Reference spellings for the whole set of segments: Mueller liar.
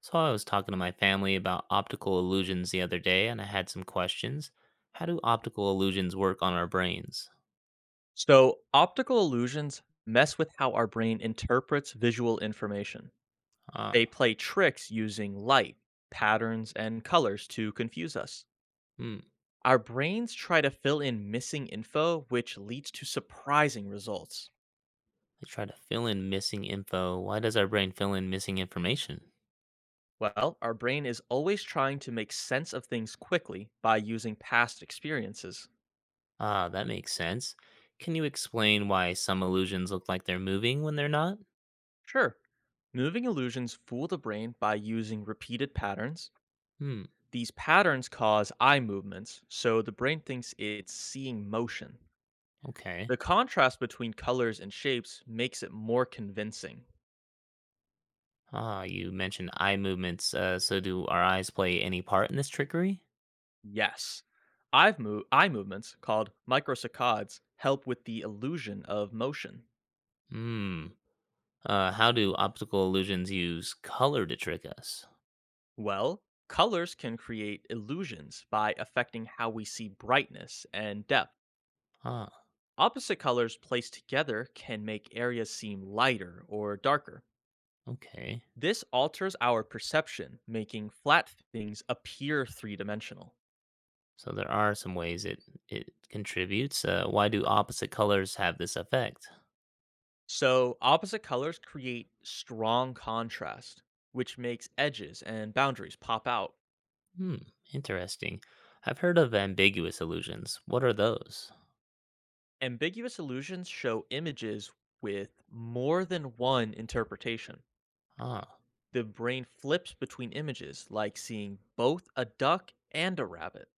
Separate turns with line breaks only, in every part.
So I was talking to my family about optical illusions the other day, and I had some questions. How do optical illusions work on our brains?
So, optical illusions mess with how our brain interprets visual information. They
Ah,
play tricks using light, patterns, and colors to confuse us.
hmm.
Our brains try to fill in missing info, which leads to surprising results.
I try to fill in missing info. Why does our brain fill in missing information?
Well, our brain is always trying to make sense of things quickly by using past experiences.
Ah, that makes sense. Can you explain why some illusions look like they're moving when they're not?
Sure, moving illusions fool the brain by using repeated patterns.
Hmm.
These patterns cause eye movements, so the brain thinks it's seeing motion.
Okay.
The contrast between colors and shapes makes it more convincing.
Ah, you mentioned eye movements. So do our eyes play any part in this trickery?
Yes, eye movements, called microsaccades, help with the illusion of motion.
Hmm. How do optical illusions use color to trick us?
Well, colors can create illusions by affecting how we see brightness and depth.
Ah.
Opposite colors placed together can make areas seem lighter or darker.
Okay.
This alters our perception, making flat things appear three dimensional.
So there are some ways it contributes. Why do opposite colors have this effect?
So, opposite colors create strong contrast, which makes edges and boundaries pop out.
Hmm, interesting. I've heard of ambiguous illusions. What are those?
Ambiguous illusions show images with more than one interpretation.
Ah,
The brain flips between images, like seeing both a duck and a rabbit.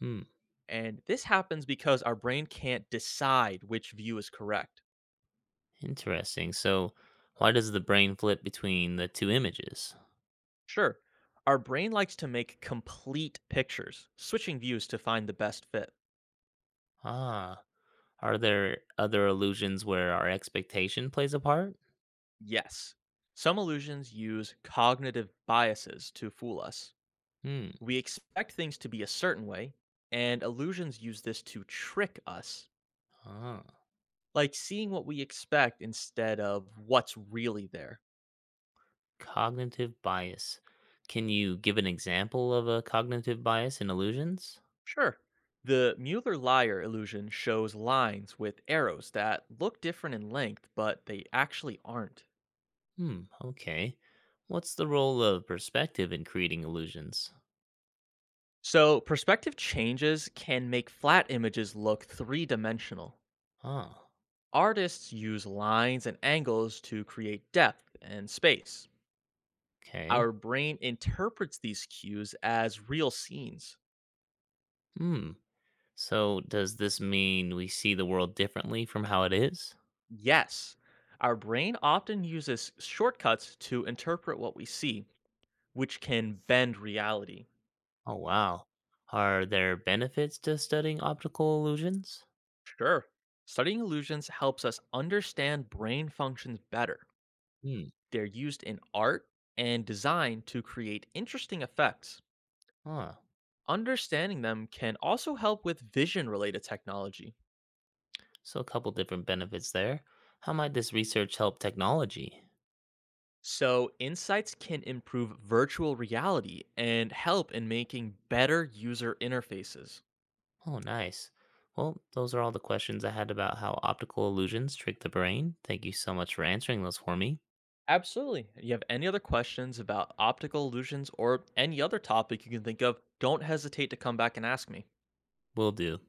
hmm,
And this happens because our brain can't decide which view is correct.
interesting. So why does the brain flip between the two images?
Sure, our brain likes to make complete pictures, switching views to find the best fit.
Ah, are there other illusions where our expectation plays a part?
Yes, some illusions use cognitive biases to fool us.
Hmm.
We expect things to be a certain way, and illusions use this to trick us,
Ah,
like seeing what we expect instead of what's really there.
cognitive bias. Can you give an example of a cognitive bias in illusions?
Sure. The Mueller liar illusion shows lines with arrows that look different in length, but they actually aren't.
Hmm, okay. What's the role of perspective in creating illusions?
So, perspective changes can make flat images look three dimensional.
Oh,
Artists use lines and angles to create depth and space. Our
okay.
brain interprets these cues as real scenes.
Hmm. So, does this mean we see the world differently from how it is?
Yes, our brain often uses shortcuts to interpret what we see, which can bend reality.
Oh, wow. Are there benefits to studying optical illusions?
Sure. Studying illusions helps us understand brain functions better.
Hmm.
They're used in art and design to create interesting effects.
Huh.
Understanding them can also help with vision related technology.
So, a couple different benefits there. How might this research help technology?
So, insights can improve virtual reality and help in making better user interfaces.
Oh, nice. Well, those are all the questions I had about how optical illusions trick the brain. Thank you so much for answering those for me.
Absolutely. If you have any other questions about optical illusions or any other topic you can think of, don't hesitate to come back and ask me.
Will do.